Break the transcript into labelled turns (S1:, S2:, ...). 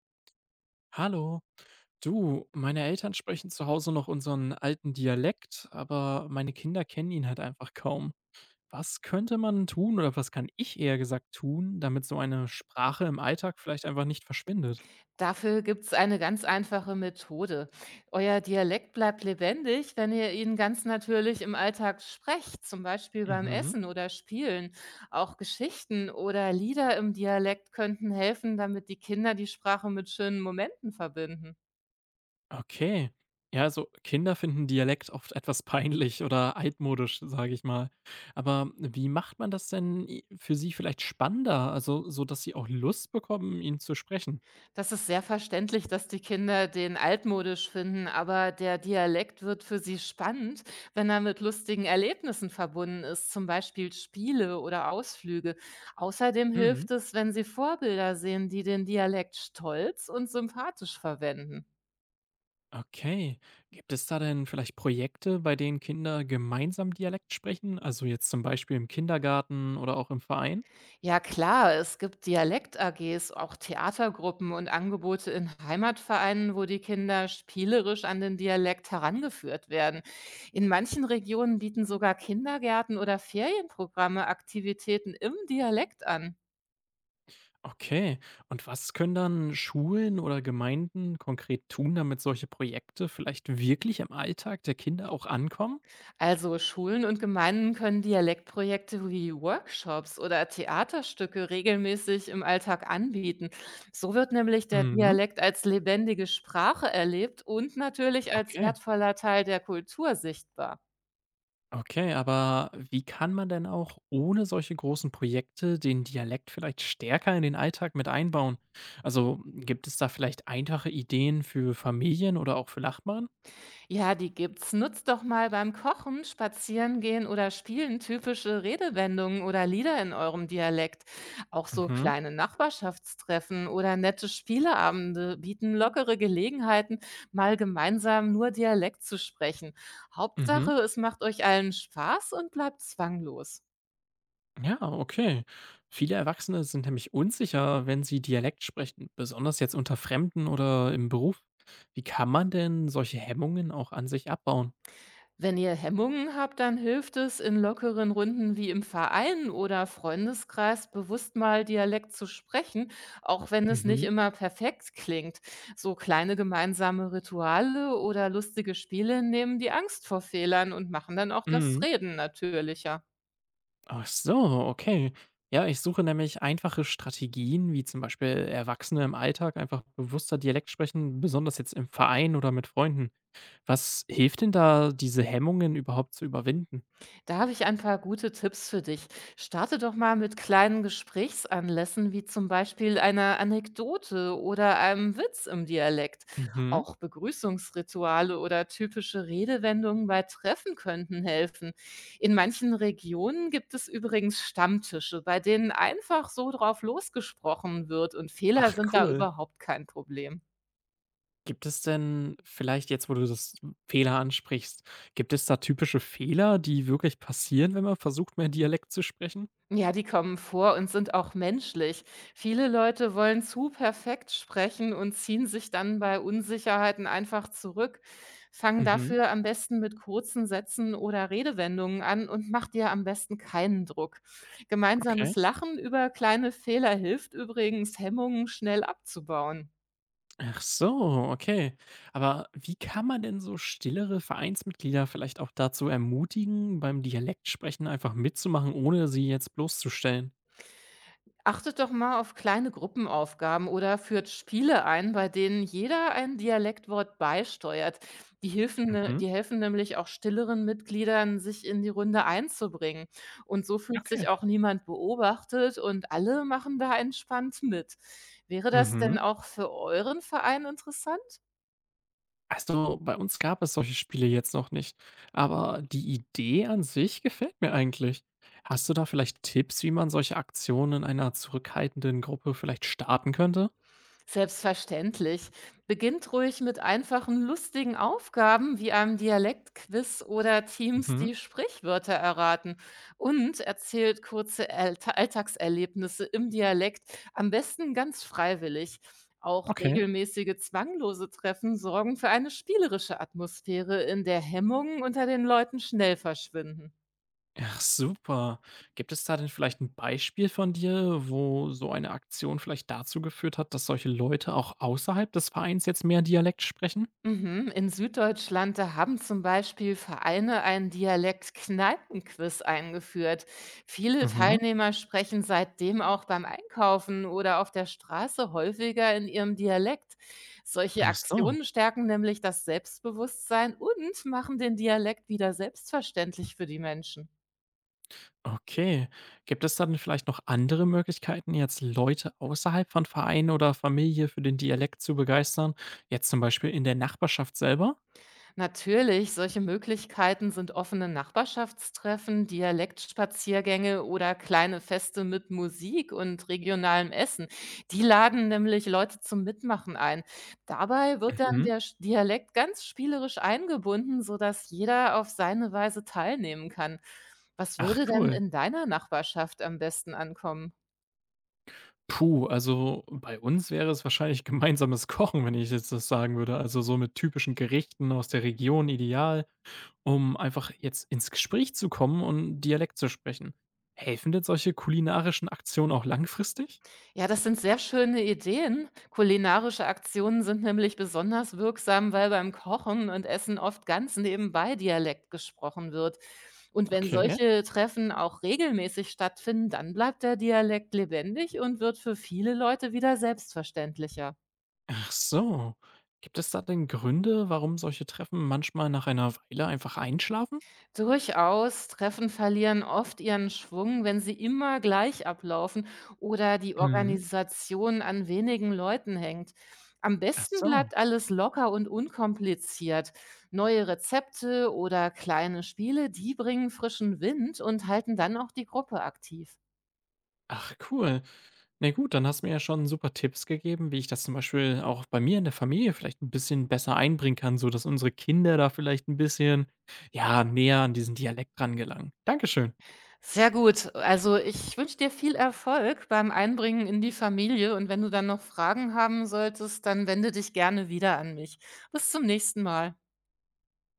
S1: Hallo, du, meine Eltern sprechen zu Hause noch unseren alten Dialekt, aber meine Kinder kennen ihn halt einfach kaum. Was könnte man tun oder was kann ich eher gesagt tun, damit so eine Sprache im Alltag vielleicht einfach nicht verschwindet?
S2: Dafür gibt's eine ganz einfache Methode. Euer Dialekt bleibt lebendig, wenn ihr ihn ganz natürlich im Alltag sprecht, zum Beispiel beim
S1: Mhm.
S2: Essen oder Spielen. Auch Geschichten oder Lieder im Dialekt könnten helfen, damit die Kinder die Sprache mit schönen Momenten verbinden.
S1: Okay. Ja, also Kinder finden Dialekt oft etwas peinlich oder altmodisch, sage ich mal. Aber wie macht man das denn für sie vielleicht spannender, also so dass sie auch Lust bekommen, ihn zu sprechen?
S2: Das ist sehr verständlich, dass die Kinder den altmodisch finden, aber der Dialekt wird für sie spannend, wenn er mit lustigen Erlebnissen verbunden ist, zum Beispiel Spiele oder Ausflüge. Außerdem hilft es, wenn sie Vorbilder sehen, die den Dialekt stolz und sympathisch verwenden.
S1: Okay. Gibt es da denn vielleicht Projekte, bei denen Kinder gemeinsam Dialekt sprechen? Also jetzt zum Beispiel im Kindergarten oder auch im Verein?
S2: Ja klar, es gibt Dialekt-AGs, auch Theatergruppen und Angebote in Heimatvereinen, wo die Kinder spielerisch an den Dialekt herangeführt werden. In manchen Regionen bieten sogar Kindergärten oder Ferienprogramme Aktivitäten im Dialekt an.
S1: Okay. Und was können dann Schulen oder Gemeinden konkret tun, damit solche Projekte vielleicht wirklich im Alltag der Kinder auch ankommen?
S2: Also Schulen und Gemeinden können Dialektprojekte wie Workshops oder Theaterstücke regelmäßig im Alltag anbieten. So wird nämlich der
S1: Mhm.
S2: Dialekt als lebendige Sprache erlebt und natürlich als
S1: Okay.
S2: wertvoller Teil der Kultur sichtbar.
S1: Okay, aber wie kann man denn auch ohne solche großen Projekte den Dialekt vielleicht stärker in den Alltag mit einbauen? Also gibt es da vielleicht einfache Ideen für Familien oder auch für Nachbarn?
S2: Ja, die gibt's. Nutzt doch mal beim Kochen, Spazierengehen oder Spielen typische Redewendungen oder Lieder in eurem Dialekt. Auch so
S1: Mhm,
S2: kleine Nachbarschaftstreffen oder nette Spieleabende bieten lockere Gelegenheiten, mal gemeinsam nur Dialekt zu sprechen.
S1: mhm.
S2: Hauptsache, es macht euch allen Spaß und bleibt zwanglos.
S1: Ja, okay. Viele Erwachsene sind nämlich unsicher, wenn sie Dialekt sprechen, besonders jetzt unter Fremden oder im Beruf. Wie kann man denn solche Hemmungen auch an sich abbauen?
S2: Wenn ihr Hemmungen habt, dann hilft es, in lockeren Runden wie im Verein oder Freundeskreis bewusst mal Dialekt zu sprechen, auch wenn es nicht
S1: Mhm.
S2: immer perfekt klingt. So kleine gemeinsame Rituale oder lustige Spiele nehmen die Angst vor Fehlern und machen dann auch das
S1: Mhm.
S2: Reden natürlicher.
S1: Ach so, okay. Ja, ich suche nämlich einfache Strategien, wie zum Beispiel Erwachsene im Alltag einfach bewusster Dialekt sprechen, besonders jetzt im Verein oder mit Freunden. Was hilft denn da, diese Hemmungen überhaupt zu überwinden?
S2: Da habe ich ein paar gute Tipps für dich. Starte doch mal mit kleinen Gesprächsanlässen, wie zum Beispiel einer Anekdote oder einem Witz im Dialekt.
S1: Mhm.
S2: Auch Begrüßungsrituale oder typische Redewendungen bei Treffen könnten helfen. In manchen Regionen gibt es übrigens Stammtische, bei denen einfach so drauf losgesprochen wird und Fehler
S1: Ach,
S2: sind da
S1: cool.
S2: überhaupt kein Problem.
S1: Gibt es denn vielleicht jetzt, wo du das Fehler ansprichst, gibt es da typische Fehler, die wirklich passieren, wenn man versucht, mehr Dialekt zu sprechen?
S2: Ja, die kommen vor und sind auch menschlich. Viele Leute wollen zu perfekt sprechen und ziehen sich dann bei Unsicherheiten einfach zurück. Fang
S1: Mhm,
S2: dafür am besten mit kurzen Sätzen oder Redewendungen an und mach dir am besten keinen Druck.
S1: okay.
S2: Gemeinsames Lachen über kleine Fehler hilft übrigens, Hemmungen schnell abzubauen.
S1: Ach so, okay. Aber wie kann man denn so stillere Vereinsmitglieder vielleicht auch dazu ermutigen, beim Dialektsprechen einfach mitzumachen, ohne sie jetzt bloßzustellen?
S2: Achtet doch mal auf kleine Gruppenaufgaben oder führt Spiele ein, bei denen jeder ein Dialektwort beisteuert. Die, helfen, ne-
S1: Mhm,
S2: die helfen nämlich auch stilleren Mitgliedern, sich in die Runde einzubringen. Und so fühlt sich
S1: okay.
S2: auch niemand beobachtet und alle machen da entspannt mit. Wäre das
S1: Mhm.
S2: denn auch für euren Verein interessant?
S1: Also, bei uns gab es solche Spiele jetzt noch nicht, aber die Idee an sich gefällt mir eigentlich. Hast du da vielleicht Tipps, wie man solche Aktionen in einer zurückhaltenden Gruppe vielleicht starten könnte?
S2: Selbstverständlich. Beginnt ruhig mit einfachen, lustigen Aufgaben wie einem Dialektquiz oder Teams,
S1: Mhm.
S2: die Sprichwörter erraten. Und erzählt kurze Alltagserlebnisse im Dialekt, am besten ganz freiwillig. Auch
S1: Okay.
S2: regelmäßige zwanglose Treffen sorgen für eine spielerische Atmosphäre, in der Hemmungen unter den Leuten schnell verschwinden.
S1: Ach super. Gibt es da denn vielleicht ein Beispiel von dir, wo so eine Aktion vielleicht dazu geführt hat, dass solche Leute auch außerhalb des Vereins jetzt mehr Dialekt sprechen?
S2: Mhm. In Süddeutschland, da haben zum Beispiel Vereine einen Dialekt-Kneipenquiz eingeführt. Viele
S1: Mhm.
S2: Teilnehmer sprechen seitdem auch beim Einkaufen oder auf der Straße häufiger in ihrem Dialekt. Solche
S1: Ach so.
S2: Aktionen stärken nämlich das Selbstbewusstsein und machen den Dialekt wieder selbstverständlich für die Menschen.
S1: Okay. Gibt es dann vielleicht noch andere Möglichkeiten, jetzt Leute außerhalb von Vereinen oder Familie für den Dialekt zu begeistern? Jetzt zum Beispiel in der Nachbarschaft selber?
S2: Natürlich, solche Möglichkeiten sind offene Nachbarschaftstreffen, Dialektspaziergänge oder kleine Feste mit Musik und regionalem Essen. Die laden nämlich Leute zum Mitmachen ein. Dabei wird dann
S1: Mhm.
S2: der Dialekt ganz spielerisch eingebunden, sodass jeder auf seine Weise teilnehmen kann. Was
S1: Ach
S2: würde denn
S1: cool.
S2: in deiner Nachbarschaft am besten ankommen?
S1: Puh, also bei uns wäre es wahrscheinlich gemeinsames Kochen, wenn ich jetzt das sagen würde. Also so mit typischen Gerichten aus der Region ideal, um einfach jetzt ins Gespräch zu kommen und Dialekt zu sprechen. Helfen denn solche kulinarischen Aktionen auch langfristig?
S2: Ja, das sind sehr schöne Ideen. Kulinarische Aktionen sind nämlich besonders wirksam, weil beim Kochen und Essen oft ganz nebenbei Dialekt gesprochen wird. Und wenn
S1: Okay.
S2: solche Treffen auch regelmäßig stattfinden, dann bleibt der Dialekt lebendig und wird für viele Leute wieder selbstverständlicher.
S1: Ach so. Gibt es da denn Gründe, warum solche Treffen manchmal nach einer Weile einfach einschlafen?
S2: Durchaus. Treffen verlieren oft ihren Schwung, wenn sie immer gleich ablaufen oder die
S1: Mhm.
S2: Organisation an wenigen Leuten hängt. Am
S1: Ach
S2: besten
S1: so.
S2: bleibt alles locker und unkompliziert. Neue Rezepte oder kleine Spiele, die bringen frischen Wind und halten dann auch die Gruppe aktiv.
S1: Ach cool. Na gut, dann hast du mir ja schon super Tipps gegeben, wie ich das zum Beispiel auch bei mir in der Familie vielleicht ein bisschen besser einbringen kann, so dass unsere Kinder da vielleicht ein bisschen, ja, näher an diesen Dialekt rangelangen. Dankeschön.
S2: Sehr gut. Also ich wünsche dir viel Erfolg beim Einbringen in die Familie und wenn du dann noch Fragen haben solltest, dann wende dich gerne wieder an mich. Bis zum nächsten Mal.